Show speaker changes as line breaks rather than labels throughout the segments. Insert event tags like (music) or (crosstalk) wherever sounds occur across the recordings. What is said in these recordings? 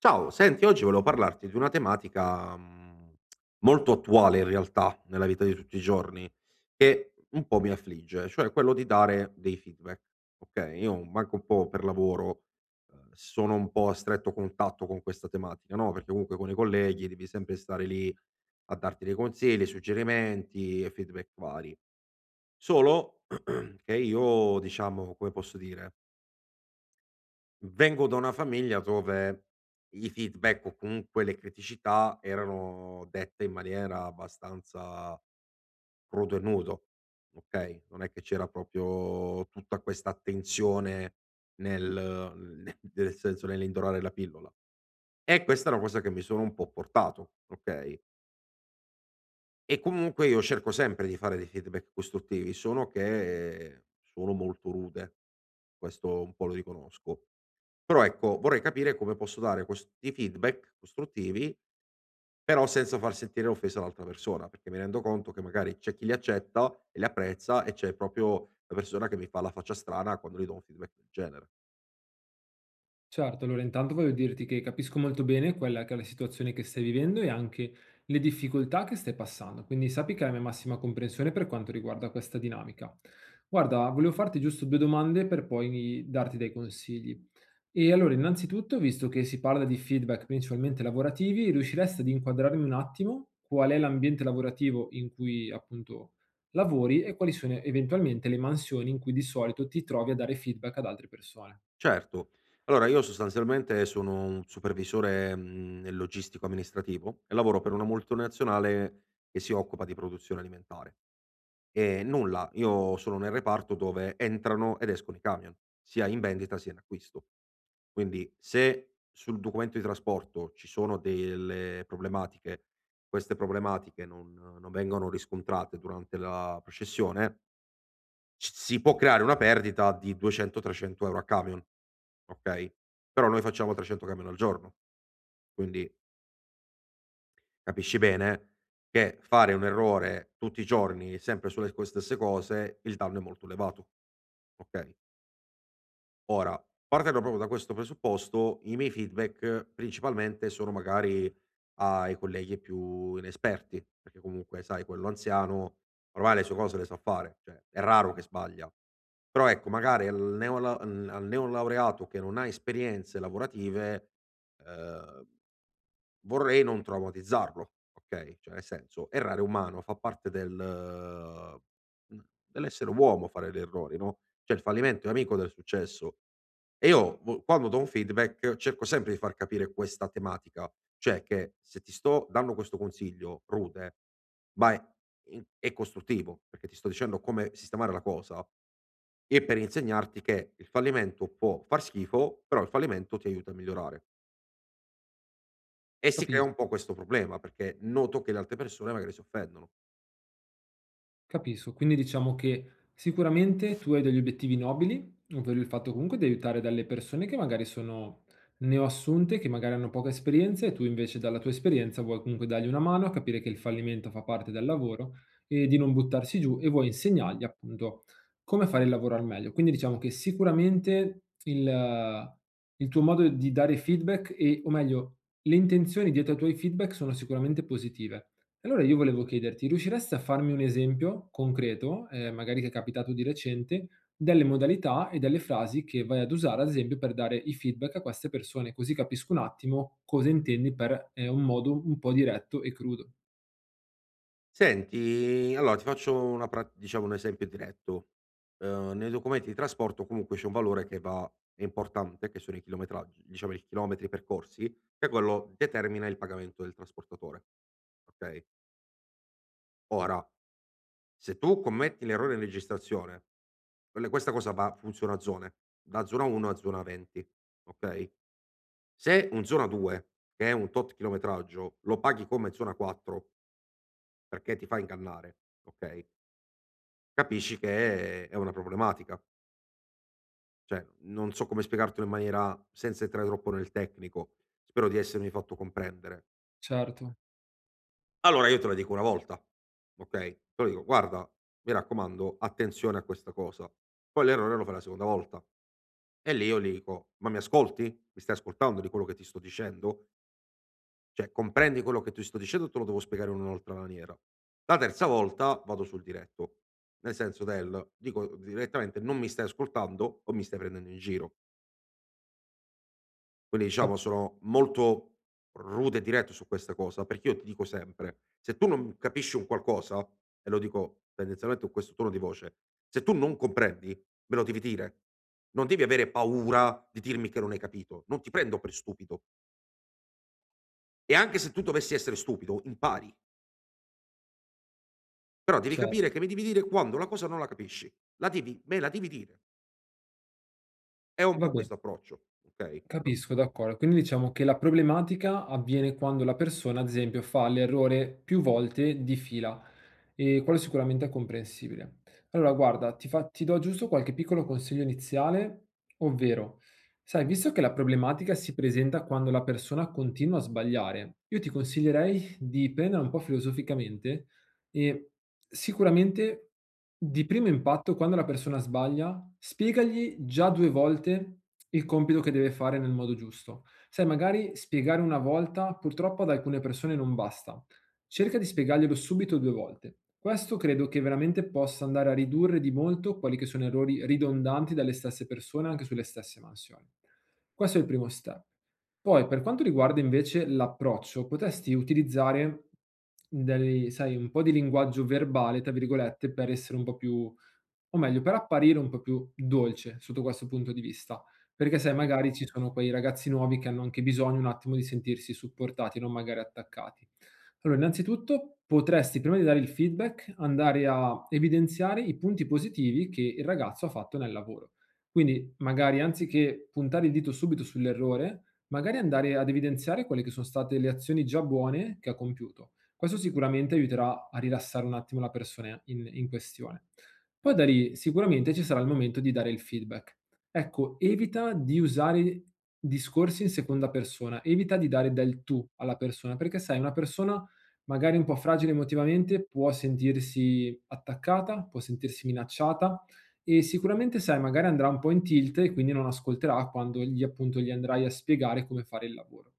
Ciao, senti, oggi volevo parlarti di una tematica, molto attuale in realtà nella vita di tutti i giorni, che un po' mi affligge, cioè quello di dare dei feedback, okay? Io manco un po' per lavoro, sono un po' a stretto contatto con questa tematica, no, perché comunque con i colleghi devi sempre stare lì a darti dei consigli, suggerimenti e feedback vari. Solo (clears throat) che io, diciamo, come posso dire, vengo da una famiglia dove i feedback, o comunque le criticità, erano dette in maniera abbastanza crudo e nudo, okay, non è che c'era proprio tutta questa attenzione nel (laughs) ne nel senso nell'indorare la pillola. E questa è una cosa che mi sono un po' portato, okay, e comunque io cerco sempre di fare dei feedback costruttivi, solo che sono molto rude, questo un po' lo riconosco. Però ecco, vorrei capire come posso dare questi feedback costruttivi, però senza far sentire offesa l'altra persona, perché mi rendo conto che magari c'è chi li accetta e li apprezza e c'è proprio la persona che mi fa la faccia strana quando gli do un feedback del genere.
Certo, allora intanto voglio dirti che capisco molto bene quella che è la situazione che stai vivendo e anche le difficoltà che stai passando, quindi sappi che hai la mia massima comprensione per quanto riguarda questa dinamica. Guarda, volevo farti giusto 2 domande per poi darti dei consigli. E allora, innanzitutto, visto che si parla di feedback principalmente lavorativi, riusciresti ad inquadrarmi un attimo qual è l'ambiente lavorativo in cui appunto lavori e quali sono eventualmente le mansioni in cui di solito ti trovi a dare feedback ad altre persone?
Certo. Allora, io sostanzialmente sono un supervisore, logistico amministrativo, e lavoro per una multinazionale che si occupa di produzione alimentare. Nulla, io sono nel reparto dove entrano ed escono i camion, sia in vendita sia in acquisto. Quindi, se sul documento di trasporto ci sono delle problematiche, queste problematiche non vengono riscontrate durante la processione, s si può creare una perdita di 200, 300 € a camion, okay, però noi facciamo 300 camion al giorno. Quindi capisci bene che fare un errore tutti i giorni sempre sulle co stesse cose, il danno è molto elevato. Okay. Ora, partendo proprio da questo presupposto, i miei feedback principalmente sono magari ai colleghi più inesperti, perché comunque, sai, quello anziano ormai le sue cose le sa fare, cioè è raro che sbaglia. Però ecco, magari al neolaureato che non ha esperienze lavorative. Ehm, vorrei non traumatizzarlo, okay, cioè nel senso, errare è umano, fa parte del, dell'essere uomo fare gli errori, no, cioè il fallimento è amico del successo. E io vo quando do un feedback cerco sempre di far capire questa tematica, cioè che se ti sto dando questo consiglio rude, ma è in è costruttivo, perché ti sto dicendo come sistemare la cosa e per insegnarti che il fallimento può far schifo, però il fallimento ti aiuta a migliorare. E si crea un
Capisco.
po' questo problema, perché noto che le altre persone magari si offendono.
Capisco, quindi diciamo che sicuramente tu hai degli obiettivi nobili, ovvero il fatto comunque di aiutare delle persone che magari sono neoassunte, che magari hanno poca esperienza e tu invece dalla tua esperienza vuoi comunque dargli una mano a capire che il fallimento fa parte del lavoro e di non buttarsi giù e vuoi insegnargli appunto come fare il lavoro al meglio. Quindi diciamo che sicuramente il tuo modo di dare feedback e, o meglio, le intenzioni dietro ai tuoi feedback sono sicuramente positive. Allora io volevo chiederti, riusciresti a farmi un esempio concreto, magari che è capitato di recente, delle modalità e delle frasi che vai ad usare, ad esempio, per dare i feedback a queste persone, così capisco un attimo cosa intendi per, un modo un po' diretto e crudo.
Senti, allora ti faccio una pra diciamo un esempio diretto: nei documenti di trasporto comunque c'è un valore che va è importante, che sono i chilometraggi, diciamo i chilometri percorsi, che quello determina il pagamento del trasportatore, okay. Ora, se tu commetti l'errore in registrazione, quelle questa cosa va funziona a zone, da zona 1 a zona 20, okay, se un zona 2, che è un tot chilometraggio, lo paghi come zona 4, perché ti fa ingannare, okay, capisci che è una problematica. Cioè, non so come spiegartelo in maniera senza entrare troppo nel tecnico, spero di essermi fatto comprendere.
Certo,
Allora, io te la dico una volta, okay, te lo dico: "Guarda, mi raccomando, attenzione a questa cosa." Poi l'errore lo fai la seconda volta. E lì io gli dico: "Ma mi ascolti? Mi stai ascoltando di quello che ti sto dicendo? Cioè comprendi quello che ti sto dicendo o te lo devo spiegare in un'altra maniera?" La terza volta vado sul diretto, nel senso, del dico direttamente: "Non mi stai ascoltando o mi stai prendendo in giro." Quindi
cap
diciamo, sono molto rude e diretto su questa cosa, perché io ti dico sempre: se tu non capisci un qualcosa, e lo dico tendenzialmente con questo tono di voce, se tu non comprendi, me lo devi dire. Non devi avere paura di dirmi che non hai capito, non ti prendo per stupido. E anche se tu dovessi essere stupido, impari. Però devi
cer
capire che mi devi dire quando la cosa non la capisci. La devi me la devi dire. È un
va
po'
bene,
questo approccio, okay?
capisco, d'accordo. Quindi diciamo che la problematica avviene quando la persona, ad esempio, fa l'errore più volte di fila. Quello sicuramente è comprensibile. Allora guarda, ti do giusto qualche piccolo consiglio iniziale, ovvero, sai, visto che la problematica si presenta quando la persona continua a sbagliare, io ti consiglierei di prendere un po' filosoficamente e sicuramente di primo impatto quando la persona sbaglia, spiegagli già 2 volte il compito che deve fare nel modo giusto. Sai magari spiegare una volta purtroppo ad alcune persone non basta. Cerca di spiegarglielo subito 2 volte. Questo credo che veramente possa andare a ridurre di molto quelli che sono errori ridondanti dalle stesse persone anche sulle stesse mansioni. Questo è il primo step. Poi per quanto riguarda invece l'approccio, potresti utilizzare dei sai, un po' di linguaggio "verbale" tra virgolette, per essere un po' più, o meglio per apparire un po' più dolce sotto questo punto di vista, perché sai
Okay,
magari ci sono quei ragazzi nuovi che hanno anche bisogno un attimo di sentirsi supportati, non magari attaccati. Allora, innanzitutto potresti, prima di dare il feedback, andare a evidenziare i punti positivi che il ragazzo ha fatto nel lavoro. Quindi, magari anziché puntare il dito subito sull'errore, magari andare ad evidenziare quelle che sono state le azioni già buone che ha compiuto. Questo sicuramente aiuterà a rilassare un attimo la persona in questione. Poi da lì sicuramente ci sarà il momento di dare il feedback. Ecco, evita di usare discorsi in seconda persona, evita di dare del tu alla persona, perché sai, una persona magari un po' fragile emotivamente, può sentirsi attaccata, può sentirsi minacciata e sicuramente, sai, magari andrà un po' in tilt e quindi non ascolterà quando gli, appunto, gli andrai a spiegare come fare il lavoro.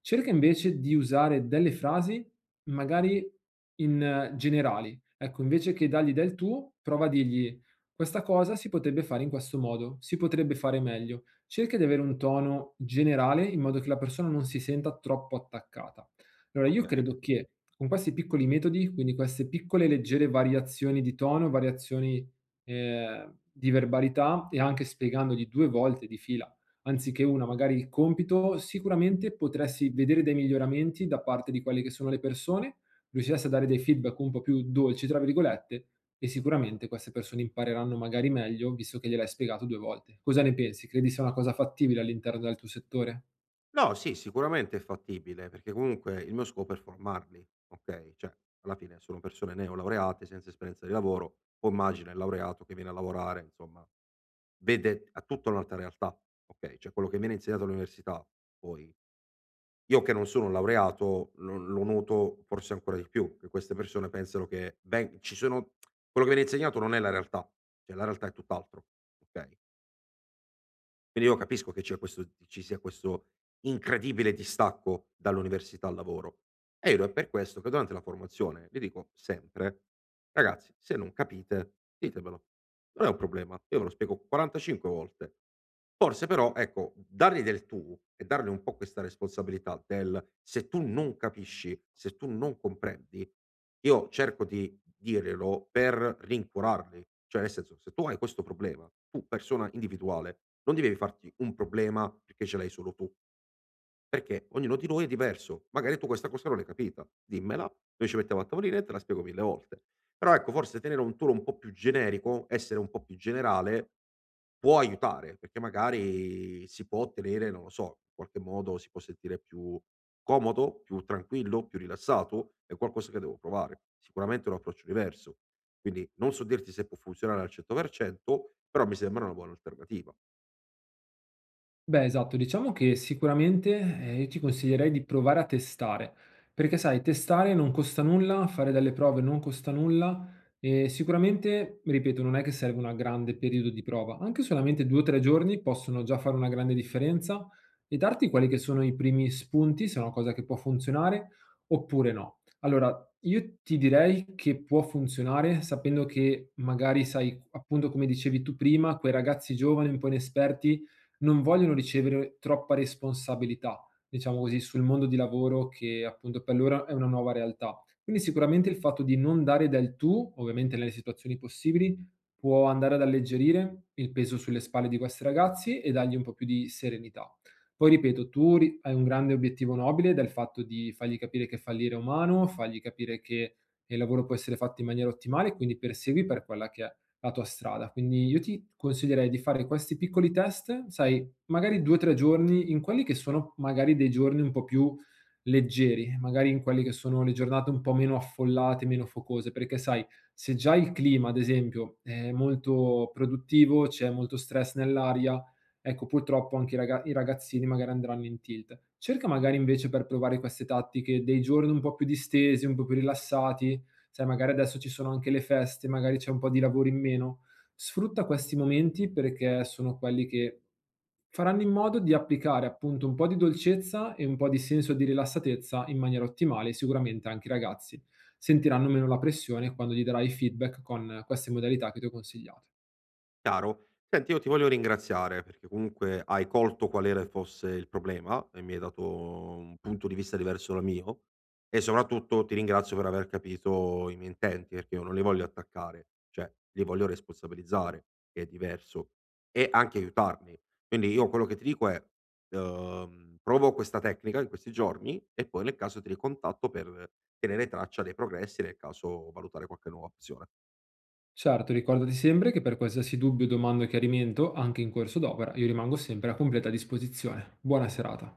Cerca invece di usare delle frasi magari in generali. Ecco, invece che dargli del tu, prova a dirgli questa cosa si potrebbe fare in questo modo, si potrebbe fare meglio. Cerca di avere un tono generale in modo che la persona non si senta troppo attaccata. Allora io
okay.
credo che con questi piccoli metodi, quindi queste piccole leggere variazioni di tono, variazioni, di verbalità e anche spiegandogli 2 volte di fila, anziché 1 magari il compito, sicuramente potresti vedere dei miglioramenti da parte di quelle che sono le persone, riusciresti a dare dei feedback un po' più "dolci" tra virgolette, e sicuramente queste persone impareranno magari meglio, visto che gliel'hai spiegato 2 volte. Cosa ne pensi? Credi sia una cosa fattibile all'interno del tuo settore?
No, sì, sicuramente è fattibile, perché comunque il mio scopo è formarli, okay, cioè alla fine sono persone neolaureate senza esperienza di lavoro, poi immagina il laureato che viene a lavorare, insomma, vede ha tutta un'altra realtà, okay, cioè quello che viene insegnato all'università, poi io che non sono un laureato lo noto forse ancora di più, che queste persone pensano che ven ci sono, quello che viene insegnato non è la realtà, cioè la realtà è tutt'altro, okay? Quindi io capisco che c'è questo ci sia questo incredibile distacco dall'università al lavoro. E io è per questo che durante la formazione vi dico sempre: "Ragazzi, se non capite ditemelo." Non è un problema, io me lo spiego 45 volte. Forse però, ecco, dargli del tu e dargli un po' questa responsabilità del: "Se tu non capisci, se tu non comprendi, io cerco di dirglielo per rincuorarli." Cioè, nel senso, se tu hai questo problema, tu persona individuale, non devi farti un problema perché ce l'hai solo tu, perché ognuno di noi è diverso. Magari tu questa cosa non l'hai capita, dimmela, noi ci mettiamo a tavolino e te la spiego 1000 volte. Però ecco, forse tenere un tour un po' più generico, essere un po' più generale, può aiutare, perché magari si può ottenere, non lo so, in qualche modo si può sentire più comodo, più tranquillo, più rilassato, è qualcosa che devo provare. Sicuramente è un approccio diverso. Quindi non so dirti se può funzionare al 100%, però mi sembra una buona alternativa.
Beh, esatto, diciamo che sicuramente, io ti consiglierei di provare a testare, perché sai testare non costa nulla, fare delle prove non costa nulla e sicuramente, ripeto, non è che serve una grande periodo di prova, anche solamente 2 o 3 giorni possono già fare una grande differenza e darti quelli che sono i primi spunti, se è una cosa che può funzionare oppure no. Allora, io ti direi che può funzionare sapendo che magari sai, appunto come dicevi tu prima, quei ragazzi giovani un po' inesperti non vogliono ricevere troppa responsabilità, diciamo così, sul mondo di lavoro che appunto per loro è una nuova realtà. Quindi sicuramente il fatto di non dare del tu, ovviamente nelle situazioni possibili, può andare ad alleggerire il peso sulle spalle di questi ragazzi e dargli un po' più di serenità. Poi ripeto, tu hai un grande obiettivo nobile del fatto di fargli capire che fallire è umano, fargli capire che il lavoro può essere fatto in maniera ottimale, quindi persegui per quella che è la tua strada. Quindi io ti consiglierei di fare questi piccoli test, sai, magari 2 o 3 giorni in quelli che sono magari dei giorni un po' più leggeri, magari in quelli che sono le giornate un po' meno affollate, meno focose, perché sai, se già il clima, ad esempio, è molto produttivo, c'è molto stress nell'aria, ecco, purtroppo anche i ragazzini magari andranno in tilt. Cerca magari invece per provare queste tattiche dei giorni un po' più distesi, un po' più rilassati, sai magari adesso ci sono anche le feste, magari c'è un po' di lavoro in meno. Sfrutta questi momenti perché sono quelli che faranno in modo di applicare appunto un po' di dolcezza e un po' di senso di rilassatezza in maniera ottimale, e sicuramente anche i ragazzi sentiranno meno la pressione quando gli darai feedback con queste modalità che ti ho consigliato.
Chiaro. Senti, io ti voglio ringraziare perché comunque hai colto qual era, fosse il problema e mi hai dato un punto di vista diverso dal mio, e soprattutto ti ringrazio per aver capito i miei intenti, perché io non li voglio attaccare, cioè li voglio responsabilizzare, che è diverso, e anche aiutarmi. Quindi io quello che ti dico è, provo questa tecnica in questi giorni e poi nel caso ti ricontatto per tenere traccia dei progressi, nel caso valutare qualche nuova opzione.
Certo, ricordati sempre che per qualsiasi dubbio, domanda o chiarimento, anche in corso d'opera, io rimango sempre a completa disposizione. Buona serata.